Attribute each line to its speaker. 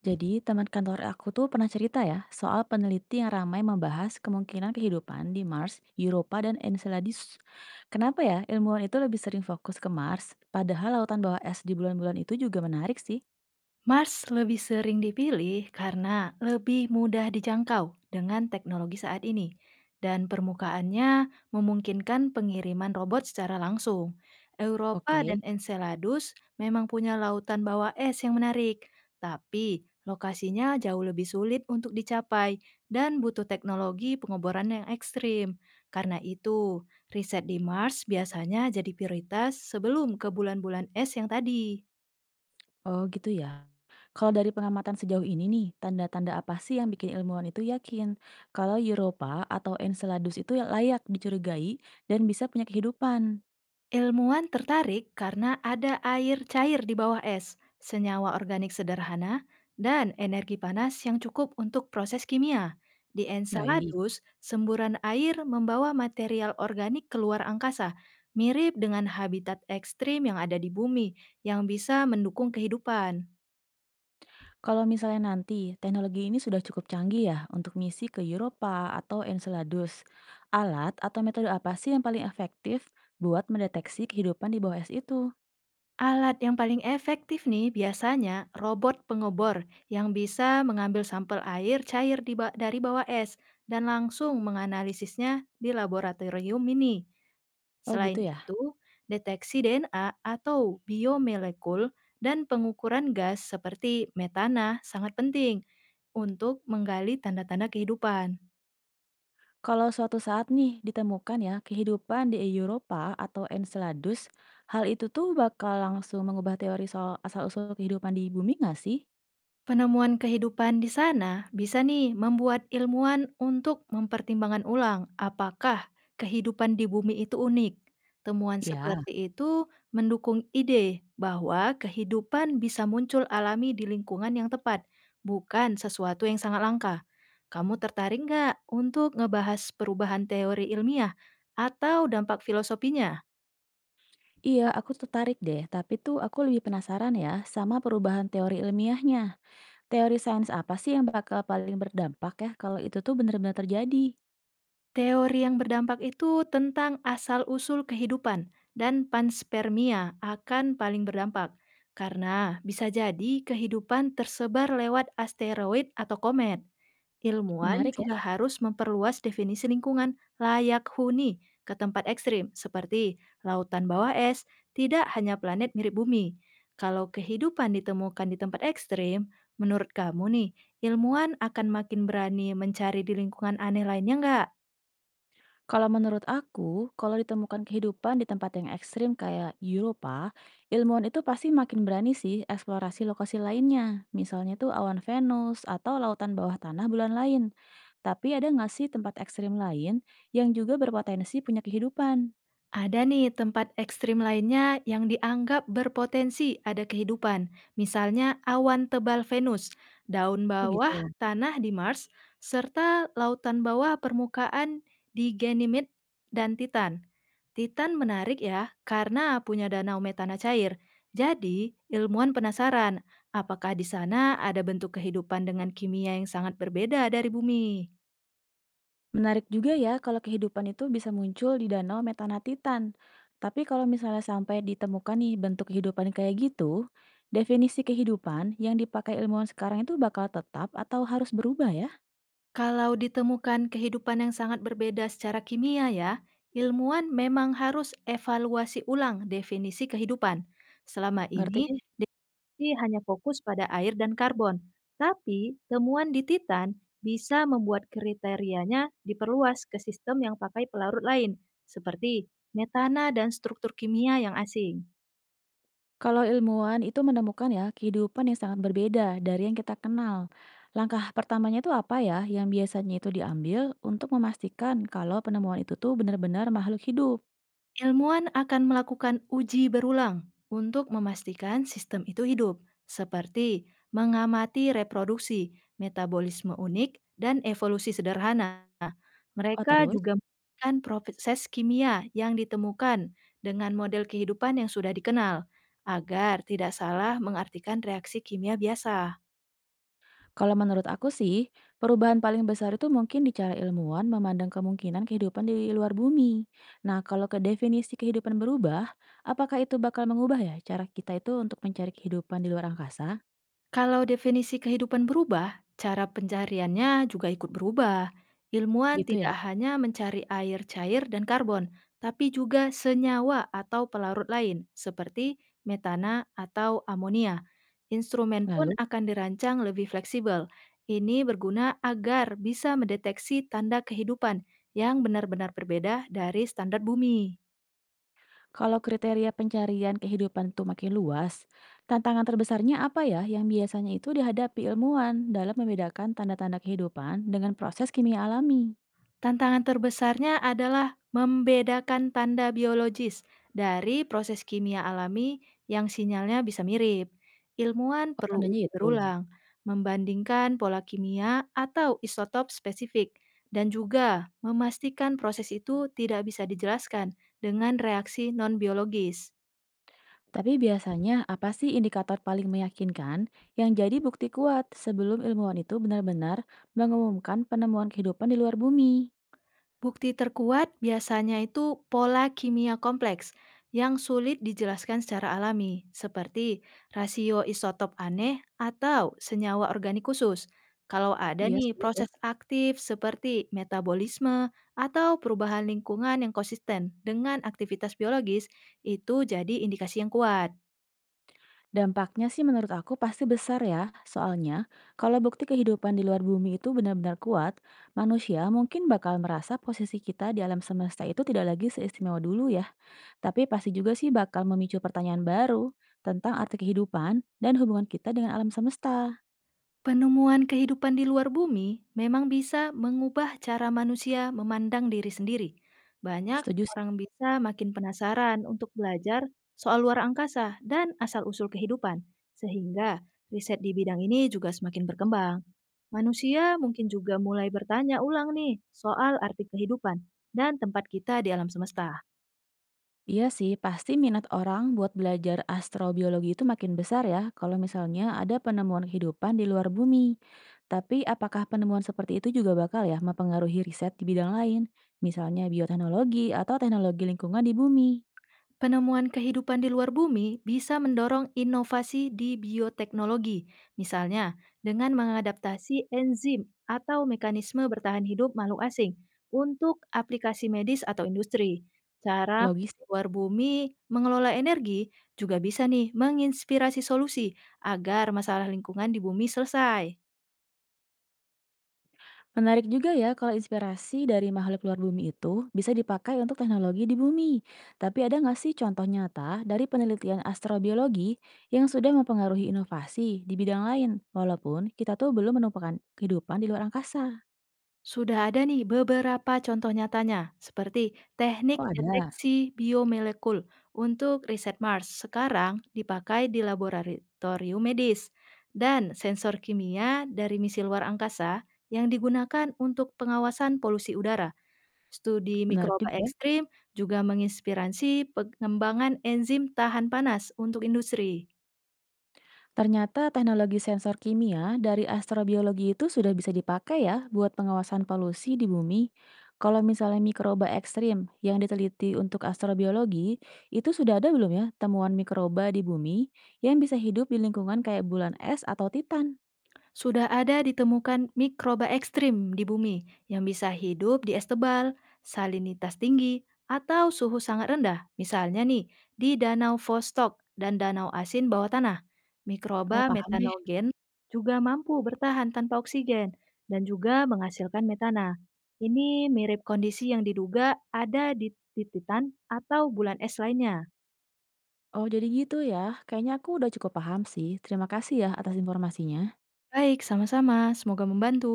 Speaker 1: Jadi, teman kantor aku tuh pernah cerita ya soal peneliti yang ramai membahas kemungkinan kehidupan di Mars, Europa, dan Enceladus. Kenapa ya ilmuwan itu lebih sering fokus ke Mars, padahal lautan bawah es di bulan-bulan itu juga menarik sih.
Speaker 2: Mars lebih sering dipilih karena lebih mudah dijangkau dengan teknologi saat ini, dan permukaannya memungkinkan pengiriman robot secara langsung. Europa
Speaker 1: Oke,
Speaker 2: dan Enceladus memang punya lautan bawah es yang menarik, tapi lokasinya jauh lebih sulit untuk dicapai dan butuh teknologi pengeboran yang ekstrim. Karena itu, riset di Mars biasanya jadi prioritas sebelum ke bulan-bulan es yang tadi.
Speaker 1: oh gitu ya. Kalau dari pengamatan sejauh ini nih, tanda-tanda apa sih yang bikin ilmuwan itu yakin kalau Europa atau Enceladus itu layak dicurigai dan bisa punya kehidupan?
Speaker 2: Ilmuwan tertarik karena ada air cair di bawah es, senyawa organik sederhana, dan energi panas yang cukup untuk proses kimia. Di
Speaker 1: Baik.
Speaker 2: Enceladus, semburan air membawa material organik keluar angkasa, mirip dengan habitat ekstrim yang ada di bumi, yang bisa mendukung kehidupan.
Speaker 1: Kalau misalnya nanti teknologi ini sudah cukup canggih ya untuk misi ke Eropa atau Enceladus, alat atau metode apa sih yang paling efektif buat mendeteksi kehidupan di bawah es itu?
Speaker 2: Alat yang paling efektif nih biasanya robot pengobor yang bisa mengambil sampel air cair dari bawah es dan langsung menganalisisnya di laboratorium mini.
Speaker 1: Oh
Speaker 2: Selain
Speaker 1: gitu ya.
Speaker 2: itu, deteksi DNA atau biomolekul dan pengukuran gas seperti metana sangat penting untuk menggali tanda-tanda kehidupan.
Speaker 1: Kalau suatu saat nih ditemukan ya kehidupan di Eropa atau Enceladus, hal itu tuh bakal langsung mengubah teori soal asal-usul kehidupan di bumi nggak sih?
Speaker 2: Penemuan kehidupan di sana bisa nih membuat ilmuwan untuk mempertimbangkan ulang apakah kehidupan di bumi itu unik. Temuan
Speaker 1: Ya,
Speaker 2: seperti itu mendukung ide bahwa kehidupan bisa muncul alami di lingkungan yang tepat, bukan sesuatu yang sangat langka. Kamu tertarik nggak untuk ngebahas perubahan teori ilmiah atau dampak filosofinya?
Speaker 1: iya, aku tertarik deh, tapi tuh aku lebih penasaran ya sama perubahan teori ilmiahnya. Teori sains apa sih yang bakal paling berdampak ya kalau itu tuh benar-benar terjadi?
Speaker 2: Teori yang berdampak itu tentang asal-usul kehidupan dan panspermia akan paling berdampak karena bisa jadi kehidupan tersebar lewat asteroid atau komet. Ilmuwan
Speaker 1: Menarik ya.
Speaker 2: juga harus memperluas definisi lingkungan layak huni ke tempat ekstrim seperti lautan bawah es, tidak hanya planet mirip bumi. Kalau kehidupan ditemukan di tempat ekstrim, menurut kamu nih, ilmuwan akan makin berani mencari di lingkungan aneh lainnya nggak?
Speaker 1: Kalau menurut aku, kalau ditemukan kehidupan di tempat yang ekstrim kayak Eropa, ilmuwan itu pasti makin berani sih eksplorasi lokasi lainnya. Misalnya tuh awan Venus atau lautan bawah tanah bulan lain. Tapi ada nggak sih tempat ekstrim lain yang juga berpotensi punya kehidupan?
Speaker 2: Ada nih tempat ekstrim lainnya yang dianggap berpotensi ada kehidupan, misalnya awan tebal Venus, daun
Speaker 1: Oh
Speaker 2: bawah
Speaker 1: gitu.
Speaker 2: tanah di Mars, serta lautan bawah permukaan di Ganymede dan Titan. Titan menarik ya, karena punya danau metana cair. Jadi, ilmuwan penasaran, apakah di sana ada bentuk kehidupan dengan kimia yang sangat berbeda dari bumi?
Speaker 1: Menarik juga ya kalau kehidupan itu bisa muncul di danau Metanatitan. Tapi kalau misalnya sampai ditemukan nih bentuk kehidupan kayak gitu, definisi kehidupan yang dipakai ilmuwan sekarang itu bakal tetap atau harus berubah ya?
Speaker 2: Kalau ditemukan kehidupan yang sangat berbeda secara kimia ya, ilmuwan memang harus evaluasi ulang definisi kehidupan. Selama
Speaker 1: Ngerti
Speaker 2: ini
Speaker 1: deh.
Speaker 2: sih hanya fokus pada air dan karbon, tapi temuan di Titan bisa membuat kriterianya diperluas ke sistem yang pakai pelarut lain, seperti metana dan struktur kimia yang asing.
Speaker 1: Kalau ilmuwan itu menemukan ya kehidupan yang sangat berbeda dari yang kita kenal. Langkah pertamanya itu apa ya yang biasanya itu diambil untuk memastikan kalau penemuan itu tuh benar-benar makhluk hidup?
Speaker 2: Ilmuwan akan melakukan uji berulang untuk memastikan sistem itu hidup, seperti mengamati reproduksi, metabolisme unik, dan evolusi sederhana.
Speaker 1: Oh
Speaker 2: Mereka
Speaker 1: terus?
Speaker 2: juga melakukan proses kimia yang ditemukan dengan model kehidupan yang sudah dikenal, agar tidak salah mengartikan reaksi kimia biasa.
Speaker 1: Kalau menurut aku sih, perubahan paling besar itu mungkin di cara ilmuwan memandang kemungkinan kehidupan di luar bumi. Nah, kalau ke definisi kehidupan berubah, apakah itu bakal mengubah ya cara kita itu untuk mencari kehidupan di luar angkasa?
Speaker 2: Kalau definisi kehidupan berubah, cara pencariannya juga ikut berubah. Ilmuwan
Speaker 1: Gitu ya.
Speaker 2: tidak hanya mencari air cair dan karbon, tapi juga senyawa atau pelarut lain, seperti metana atau amonia. Instrumen pun
Speaker 1: Lalu,
Speaker 2: akan dirancang lebih fleksibel. Ini berguna agar bisa mendeteksi tanda kehidupan yang benar-benar berbeda dari standar bumi.
Speaker 1: kalau kriteria pencarian kehidupan itu makin luas, tantangan terbesarnya apa ya yang biasanya itu dihadapi ilmuwan dalam membedakan tanda-tanda kehidupan dengan proses kimia alami?
Speaker 2: Tantangan terbesarnya adalah membedakan tanda biologis dari proses kimia alami yang sinyalnya bisa mirip. Ilmuwan
Speaker 1: Oh,
Speaker 2: perlu
Speaker 1: tandanya
Speaker 2: uji
Speaker 1: itu.
Speaker 2: berulang, membandingkan pola kimia atau isotop spesifik, dan juga memastikan proses itu tidak bisa dijelaskan dengan reaksi non-biologis.
Speaker 1: Tapi biasanya apa sih indikator paling meyakinkan yang jadi bukti kuat sebelum ilmuwan itu benar-benar mengumumkan penemuan kehidupan di luar bumi?
Speaker 2: Bukti terkuat biasanya itu pola kimia kompleks yang sulit dijelaskan secara alami, seperti rasio isotop aneh atau senyawa organik khusus. Kalau ada
Speaker 1: Iya,
Speaker 2: nih
Speaker 1: sulit ya.
Speaker 2: proses aktif seperti metabolisme atau perubahan lingkungan yang konsisten dengan aktivitas biologis, itu jadi indikasi yang kuat.
Speaker 1: Dampaknya sih menurut aku pasti besar ya, soalnya kalau bukti kehidupan di luar bumi itu benar-benar kuat, manusia mungkin bakal merasa posisi kita di alam semesta itu tidak lagi seistimewa dulu ya. Tapi pasti juga sih bakal memicu pertanyaan baru tentang arti kehidupan dan hubungan kita dengan alam semesta.
Speaker 2: Penemuan kehidupan di luar bumi memang bisa mengubah cara manusia memandang diri sendiri. Banyak
Speaker 1: Setuju sih.
Speaker 2: orang bisa makin penasaran untuk belajar soal luar angkasa dan asal-usul kehidupan, sehingga riset di bidang ini juga semakin berkembang. Manusia mungkin juga mulai bertanya ulang nih soal arti kehidupan dan tempat kita di alam semesta.
Speaker 1: Iya sih, pasti minat orang buat belajar astrobiologi itu makin besar ya kalau misalnya ada penemuan kehidupan di luar bumi. Tapi apakah penemuan seperti itu juga bakal ya mempengaruhi riset di bidang lain, misalnya bioteknologi atau teknologi lingkungan di bumi?
Speaker 2: Penemuan kehidupan di luar bumi bisa mendorong inovasi di bioteknologi, misalnya dengan mengadaptasi enzim atau mekanisme bertahan hidup makhluk asing untuk aplikasi medis atau industri. Cara
Speaker 1: Logis.
Speaker 2: luar bumi mengelola energi juga bisa nih menginspirasi solusi agar masalah lingkungan di bumi selesai.
Speaker 1: Menarik juga ya kalau inspirasi dari makhluk luar bumi itu bisa dipakai untuk teknologi di bumi. Tapi ada nggak sih contoh nyata dari penelitian astrobiologi yang sudah mempengaruhi inovasi di bidang lain, walaupun kita tuh belum menemukan kehidupan di luar angkasa?
Speaker 2: Sudah ada nih beberapa contoh nyatanya, seperti
Speaker 1: Oh
Speaker 2: teknik
Speaker 1: ada,
Speaker 2: deteksi biomolekul untuk riset Mars sekarang dipakai di laboratorium medis, dan sensor kimia dari misi luar angkasa yang digunakan untuk pengawasan polusi udara. Studi
Speaker 1: menarik
Speaker 2: mikroba
Speaker 1: juga ya.
Speaker 2: ekstrim juga menginspirasi pengembangan enzim tahan panas untuk industri.
Speaker 1: Ternyata teknologi sensor kimia dari astrobiologi itu sudah bisa dipakai ya buat pengawasan polusi di bumi. Kalau misalnya mikroba ekstrim yang diteliti untuk astrobiologi, itu sudah ada belum ya temuan mikroba di bumi yang bisa hidup di lingkungan kayak bulan es atau Titan?
Speaker 2: Sudah ada ditemukan mikroba ekstrim di bumi yang bisa hidup di es tebal, salinitas tinggi, atau suhu sangat rendah. Misalnya nih, di Danau Vostok dan Danau Asin bawah tanah.
Speaker 1: Oh,
Speaker 2: Mikroba
Speaker 1: paham deh.
Speaker 2: metanogen juga mampu bertahan tanpa oksigen dan juga menghasilkan metana. Ini mirip kondisi yang diduga ada di Titan atau bulan es lainnya.
Speaker 1: Oh, jadi gitu ya. Kayaknya aku udah cukup paham sih. Terima kasih ya atas informasinya.
Speaker 2: Baik, sama-sama. Semoga membantu.